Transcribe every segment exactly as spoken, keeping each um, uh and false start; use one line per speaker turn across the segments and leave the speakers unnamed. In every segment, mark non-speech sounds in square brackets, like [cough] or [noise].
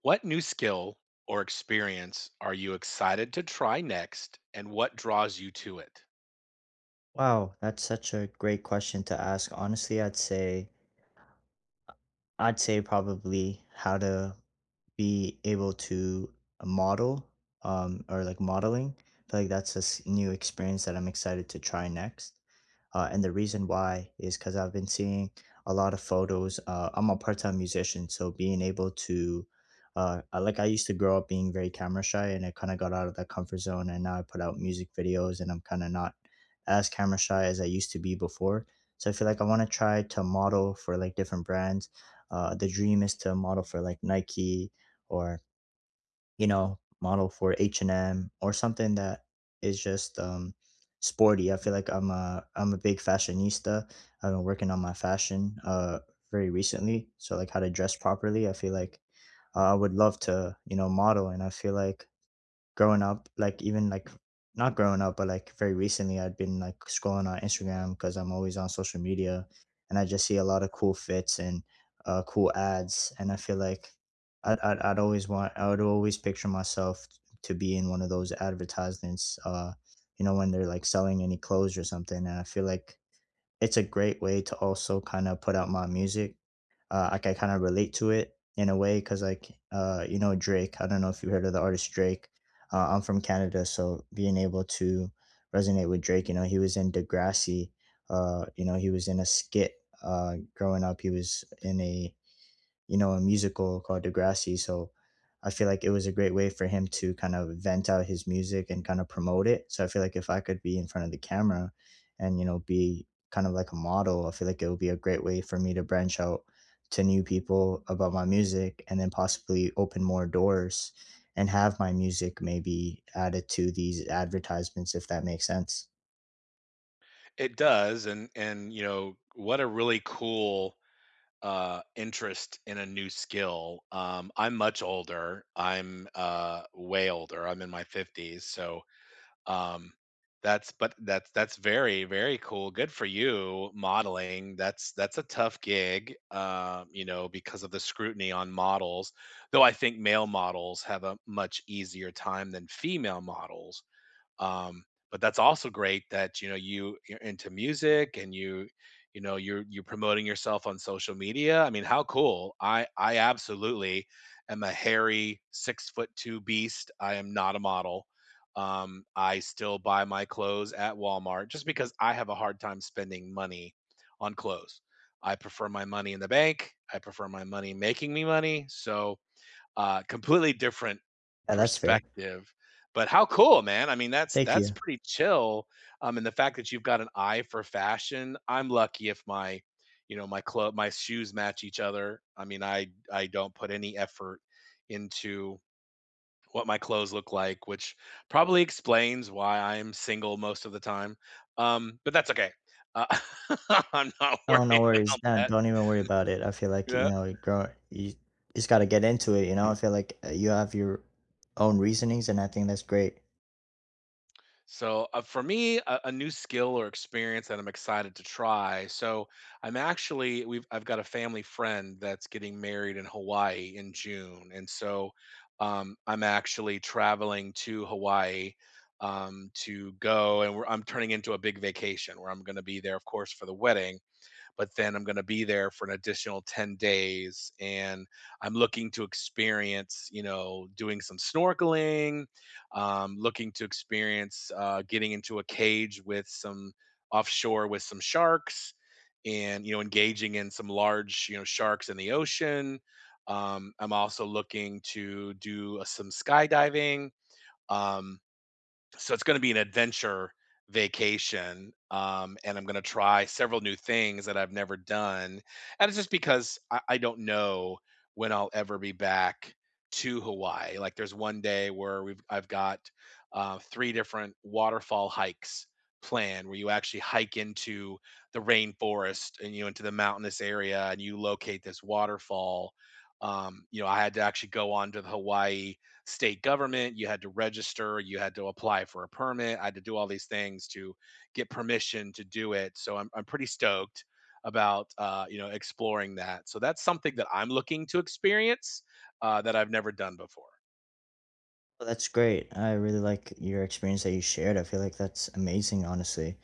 What new skill or experience are you excited to try next, and what draws you to it?
Wow, that's such a great question to ask. Honestly, I'd say I'd say probably how to be able to uh, model, um, or like modeling. I feel like that's a s- new experience that I'm excited to try next. Uh, and the reason why is because I've been seeing a lot of photos. Uh, I'm a part time musician, so being able to, uh, I- like, I used to grow up being very camera shy, and I kind of got out of that comfort zone. And now I put out music videos, and I'm kind of not as camera shy as I used to be before. So I feel like I want to try to model for like different brands. Uh, the dream is to model for like Nike, or you know model for h&m or something that is just um sporty. I feel like i'm a I'm a big fashionista. I've been working on my fashion uh very recently, so like how to dress properly. I feel like uh, I would love to you know model, and I feel like growing up, like even like not growing up, but like very recently, I'd been like scrolling on Instagram because I'm always on social media, and I just see a lot of cool fits and uh, cool ads, and I feel like I'd, I'd I'd always want I would always picture myself to be in one of those advertisements, uh, you know, when they're like selling any clothes or something, and I feel like it's a great way to also kind of put out my music. Uh, like I kind of relate to it in a way because like uh, you know Drake. I don't know if you heard of the artist Drake. Uh, I'm from Canada, so being able to resonate with Drake, you know, he was in Degrassi. Uh, you know, he was in a skit uh, growing up. He was in a you know, a musical called Degrassi. So I feel like it was a great way for him to kind of vent out his music and kind of promote it. So I feel like if I could be in front of the camera and, you know, be kind of like a model, I feel like it would be a great way for me to branch out to new people about my music and then possibly open more doors and have my music maybe added to these advertisements if that makes sense.
It does, and and you know what a really cool uh interest in a new skill. Um I'm much older. I'm uh way older. I'm in my fifties. So Um, that's but that's that's very, very cool. Good for you, modeling. That's that's a tough gig, um, you know, because of the scrutiny on models. Though I think male models have a much easier time than female models, um, but that's also great that you know you you're into music, and you you know you're you're promoting yourself on social media. I mean, how cool. I i absolutely am a hairy six foot two beast. I am not a model. um, I still buy my clothes at Walmart, just because I have a hard time spending money on clothes. I prefer my money in the bank. I prefer my money making me money. So uh, completely different
Yeah, that's fair.
perspective, but how cool, man. I mean, that's
Thank
that's
you.
pretty chill, um, and the fact that you've got an eye for fashion. I'm lucky if my, you know, my club, my shoes match each other. I mean, I I don't put any effort into what my clothes look like, which probably explains why I'm single most of the time, um, but that's okay. Uh, [laughs] I'm not
Oh, no
worrying about
worries. Nah,
that.
don't even worry about it. I feel like, you
Yeah.
know, you grow you just gotta get into it, you know? I feel like uh, you have your own reasonings, and I think that's great.
So uh, for me, a, a new skill or experience that I'm excited to try. So I'm actually we've I've got a family friend that's getting married in Hawaii in June, and so um, I'm actually traveling to Hawaii um, to go, and we're, I'm turning into a big vacation where I'm going to be there, of course, for the wedding, but then I'm going to be there for an additional ten days. And I'm looking to experience, you know, doing some snorkeling, um, looking to experience uh, getting into a cage with some offshore, with some sharks, and, you know, engaging in some large, you know, sharks in the ocean. Um, I'm also looking to do uh, some skydiving. Um, so it's going to be an adventure vacation, um, and I'm going to try several new things that I've never done. And it's just because I, I don't know when I'll ever be back to Hawaii. Like, there's one day where we've I've got uh, three different waterfall hikes planned, where you actually hike into the rainforest and, you know, into the mountainous area, and you locate this waterfall. um, you know, I had to actually go on to the Hawaii state government. You had to register, you had to apply for a permit. I had to do all these things to get permission to do it. So I'm I'm pretty stoked about uh, you know, exploring that. So that's something that I'm looking to experience, uh, that I've never done before.
Well, that's great. I really like your experience that you shared. I feel like that's amazing, honestly.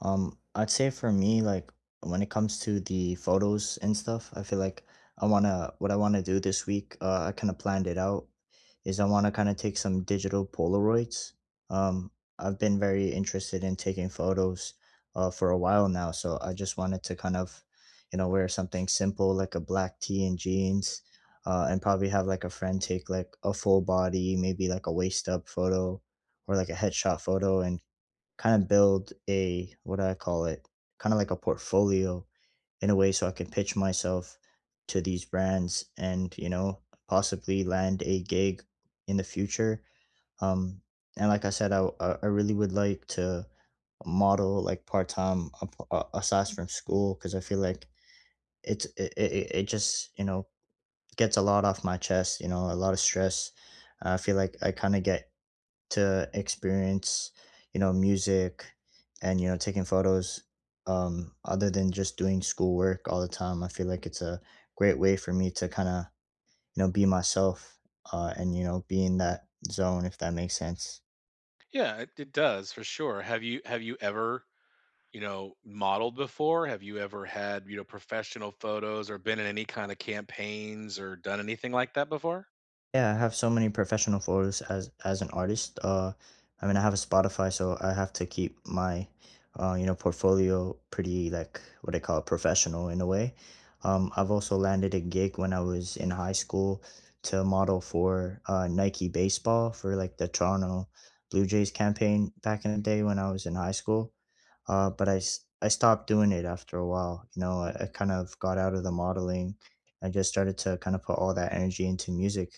Um, I'd say for me, like when it comes to the photos and stuff, I feel like I wanna what I wanna do this week. Uh, I kind of planned it out. Is I wanna kind of take some digital Polaroids. Um, I've been very interested in taking photos, uh, for a while now. So I just wanted to kind of, you know, wear something simple like a black tee and jeans. Uh, and probably have like a friend take like a full body, maybe like a waist up photo or like a headshot photo, and kind of build a what do I call it? Kind of like a portfolio in a way, so I can pitch myself to these brands and, you know, possibly land a gig in the future. Um, and like I said, I, I I really would like to model like part time aside from school because I feel like it's it, it, it it just, you know, gets a lot off my chest, you know, a lot of stress. I feel like I kind of get to experience, you know, music and, you know, taking photos um, other than just doing schoolwork all the time. I feel like it's a great way for me to kind of, you know, be myself, uh, and, you know, be in that zone, if that makes sense.
Yeah, it, it does for sure. Have you have you ever, you know, modeled before? Have you ever had, you know, professional photos or been in any kind of campaigns or done anything like that before?
Yeah, I have so many professional photos as as an artist. Uh, I mean, I have a Spotify, so I have to keep my, uh, you know, portfolio pretty like what I call professional in a way. Um, I've also landed a gig when I was in high school to model for uh, Nike baseball for like the Toronto Blue Jays campaign back in the day when I was in high school. Uh, but I s- I stopped doing it after a while. You know, I, I kind of got out of the modeling. I just started to kind of put all that energy into music,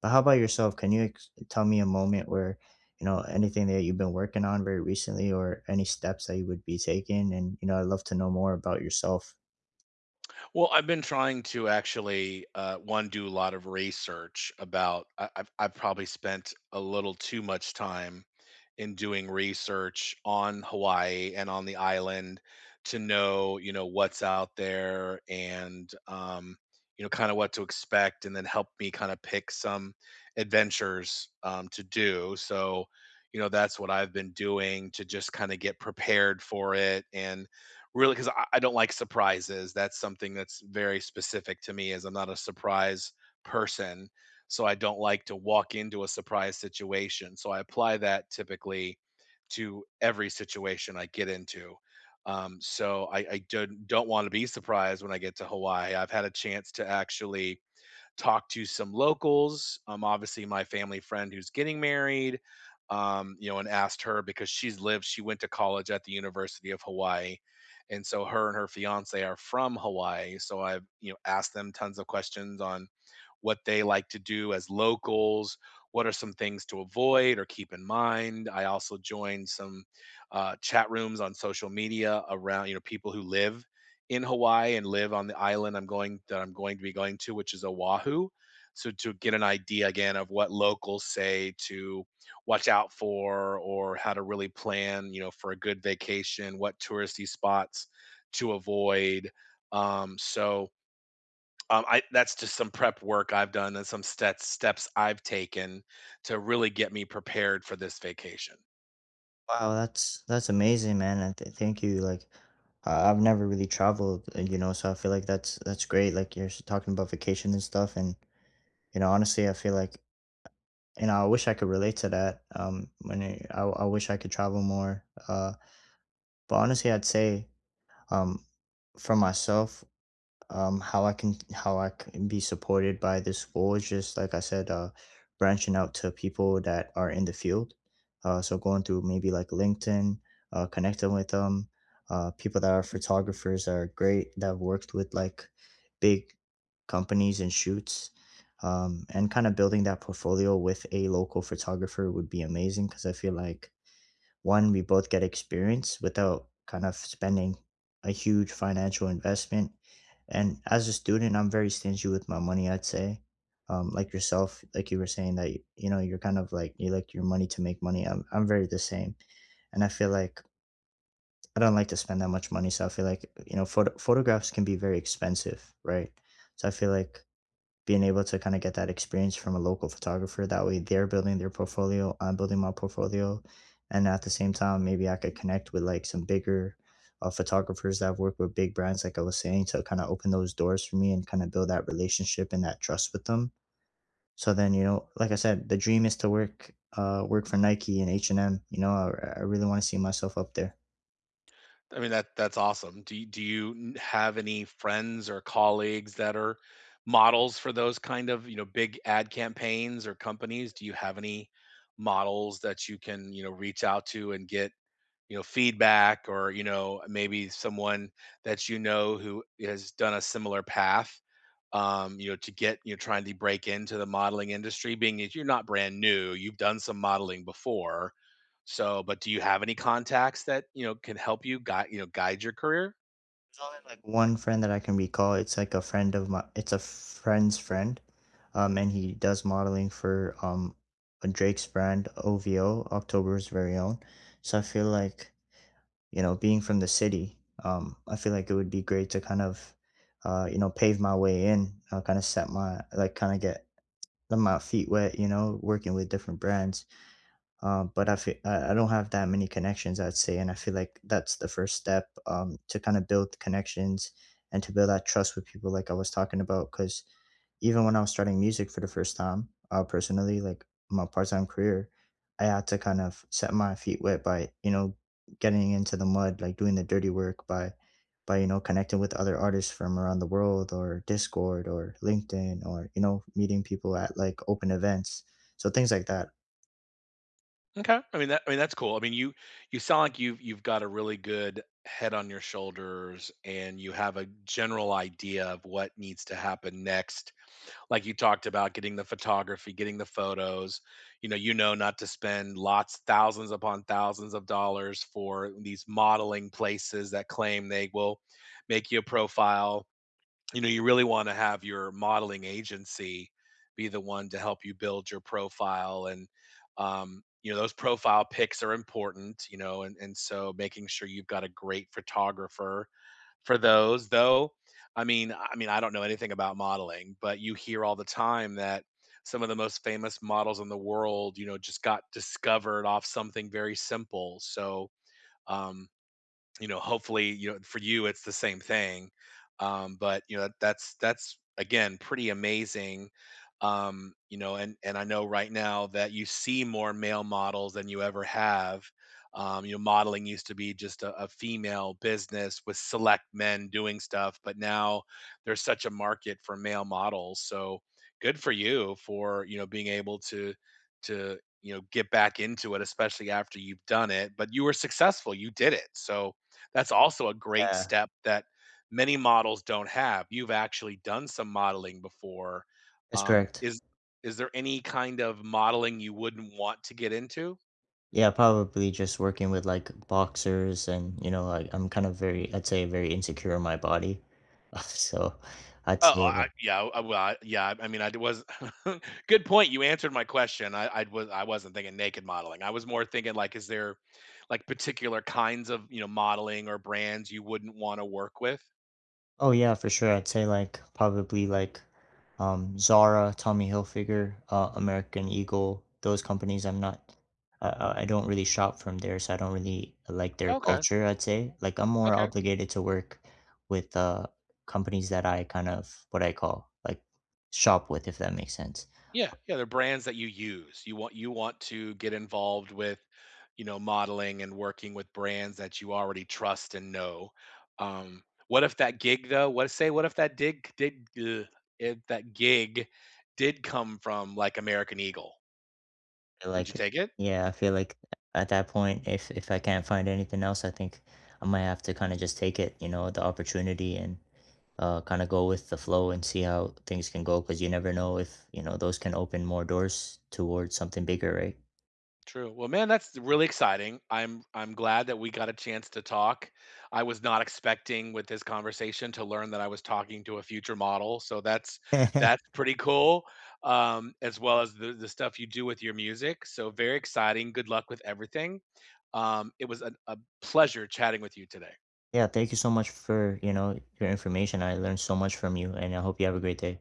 but how about yourself? Can you ex- tell me a moment where, you know, anything that you've been working on very recently or any steps that you would be taking? And, you know, I'd love to know more about yourself.
Well, I've been trying to actually, uh, one, do a lot of research about I, I've, I've probably spent a little too much time in doing research on Hawaii and on the island to know, you know, what's out there, and, um, you know, kind of what to expect, and then help me kind of pick some adventures, um, to do. So, you know, that's what I've been doing to just kind of get prepared for it. And really, because I, I don't like surprises. That's something that's very specific to me, is I'm not a surprise person, so I don't like to walk into a surprise situation. So I apply that typically to every situation I get into. Um, so I, I don't don't want to be surprised when I get to Hawaii. I've had a chance to actually talk to some locals. Um, obviously my family friend who's getting married. Um, you know, and asked her, because she's lived. She went to college at the University of Hawaii, and so her and her fiance are from Hawaii. So I've, you know, asked them tons of questions on what they like to do as locals, what are some things to avoid or keep in mind. I also joined some uh, chat rooms on social media around, you know, people who live in Hawaii and live on the island I'm going that I'm going to be going to, which is Oahu. So to get an idea again of what locals say to watch out for, or how to really plan, you know, for a good vacation, what touristy spots to avoid. Um, so um, I, that's just some prep work I've done and some steps steps I've taken to really get me prepared for this vacation.
Wow, that's that's amazing, man. And th- thank you. Like, I- I've never really traveled, uh, you know, so I feel like that's that's great. Like you're s- talking about vacation and stuff, and you know, honestly, I feel like you know, I wish I could relate to that. Um, when it, I I wish I could travel more. Uh, but honestly, I'd say um, for myself, um how I can how I can be supported by this school is just like I said, uh branching out to people that are in the field. Uh so going through maybe like LinkedIn, uh connecting with them, uh people that are photographers that are great, that have worked with like big companies and shoots. Um, and kind of building that portfolio with a local photographer would be amazing because I feel like one, we both get experience without kind of spending a huge financial investment. And as a student, I'm very stingy with my money, I'd say. Um, like yourself, like you were saying that you know you're kind of like you like your money to make money. I'm I'm very the same, and I feel like I don't like to spend that much money. So I feel like you know photo- photographs can be very expensive, right? So I feel like being able to kind of get that experience from a local photographer. That way they're building their portfolio, I'm building my portfolio. And at the same time, maybe I could connect with like some bigger uh, photographers that have worked with big brands, like I was saying, to kind of open those doors for me and kind of build that relationship and that trust with them. So then, you know, like I said, the dream is to work, uh, work for Nike and H and M. You know, I, I really want to see myself up there.
I mean, that that's awesome. Do you, do you n- have any friends or colleagues that are models for those kind of, you know, big ad campaigns or companies? Do you have any models that you can, you know, reach out to and get, you know, feedback, or, you know, maybe someone that you know who has done a similar path, um, you know, to get, you know, trying to break into the modeling industry, being that you're not brand new, you've done some modeling before. So, but do you have any contacts that, you know, can help you guide, you know, guide your career?
There's only like one friend that I can recall. It's like a friend of my it's a friend's friend. Um and he does modeling for um Drake's brand O V O, October's very own. So I feel like, you know, being from the city, um I feel like it would be great to kind of uh you know, pave my way in, uh, kind of set my like kind of get my feet wet, you know, working with different brands. Um, but I feel I I don't have that many connections, I'd say, and I feel like that's the first step, um, to kind of build connections and to build that trust with people, like I was talking about. Because even when I was starting music for the first time, uh, personally, like my part-time career, I had to kind of set my feet wet by you know getting into the mud, like doing the dirty work by by you know connecting with other artists from around the world or Discord or LinkedIn or you know meeting people at like open events. So things like that.
Okay. I mean that I mean that's cool. I mean, you you sound like you've you've got a really good head on your shoulders, and you have a general idea of what needs to happen next. Like, you talked about getting the photography, getting the photos, you know you know, not to spend lots, thousands upon thousands of dollars, for these modeling places that claim they will make you a profile. You know, you really want to have your modeling agency be the one to help you build your profile. And um, you know, those profile pics are important, you know. And, and so making sure you've got a great photographer for those, though. I mean i mean I don't know anything about modeling, but you hear all the time that some of the most famous models in the world, you know, just got discovered off something very simple. So um you know, hopefully, you know, for you, it's the same thing. Um, but you know, that's that's again pretty amazing. Um, you know, and and I know right now that you see more male models than you ever have. Um, you know, modeling used to be just a, a female business with select men doing stuff, but now there's such a market for male models. So good for you for, you know, being able to to you know, get back into it, especially after you've done it. But you were successful; you did it. So that's also a great step that many models don't have. You've actually done some modeling before.
That's
Um,
correct.
is is there any kind of modeling you wouldn't want to get into?
Yeah, probably just working with like boxers and you know, like I'm kind of very, I'd say very insecure in my body. [laughs] So I'd
Oh,
say like,
I, yeah, I, well, I, yeah. I mean, I was [laughs] good point. You answered my question. I, I was, I wasn't thinking naked modeling. I was more thinking like, is there like particular kinds of, you know, modeling or brands you wouldn't want to work with?
oh yeah, for sure. I'd say like probably like um Zara, Tommy Hilfiger, uh, American Eagle, those companies. I'm not, I, I I don't really shop from there, so I don't really like their
Okay,
culture, I'd say. Like I'm more
okay.
obligated to work with uh companies that I kind of what I call like shop with, if that makes sense.
Yeah, yeah, they're brands that you use. You want you want to get involved with, you know, modeling and working with brands that you already trust and know. Um, what if that gig though? What say? What if that dig did uh, if that gig did come from like American Eagle?
Feel
Would you
like
take it?
Yeah, I feel like at that point, if if I can't find anything else, I think I might have to kind of just take it, you know, the opportunity and uh, kind of go with the flow and see how things can go because you never know if you know those can open more doors towards something bigger, right?
True. Well, man, that's really exciting. I'm I'm glad that we got a chance to talk. I was not expecting with this conversation to learn that I was talking to a future model, so that's that's
[laughs]
pretty cool. Um, as well as the the stuff you do with your music. So very exciting. Good luck with everything. Um, it was a, a pleasure chatting with you today. You
Yeah, thank you so much for you know your information. I learned so much from you, and I hope you have a great day.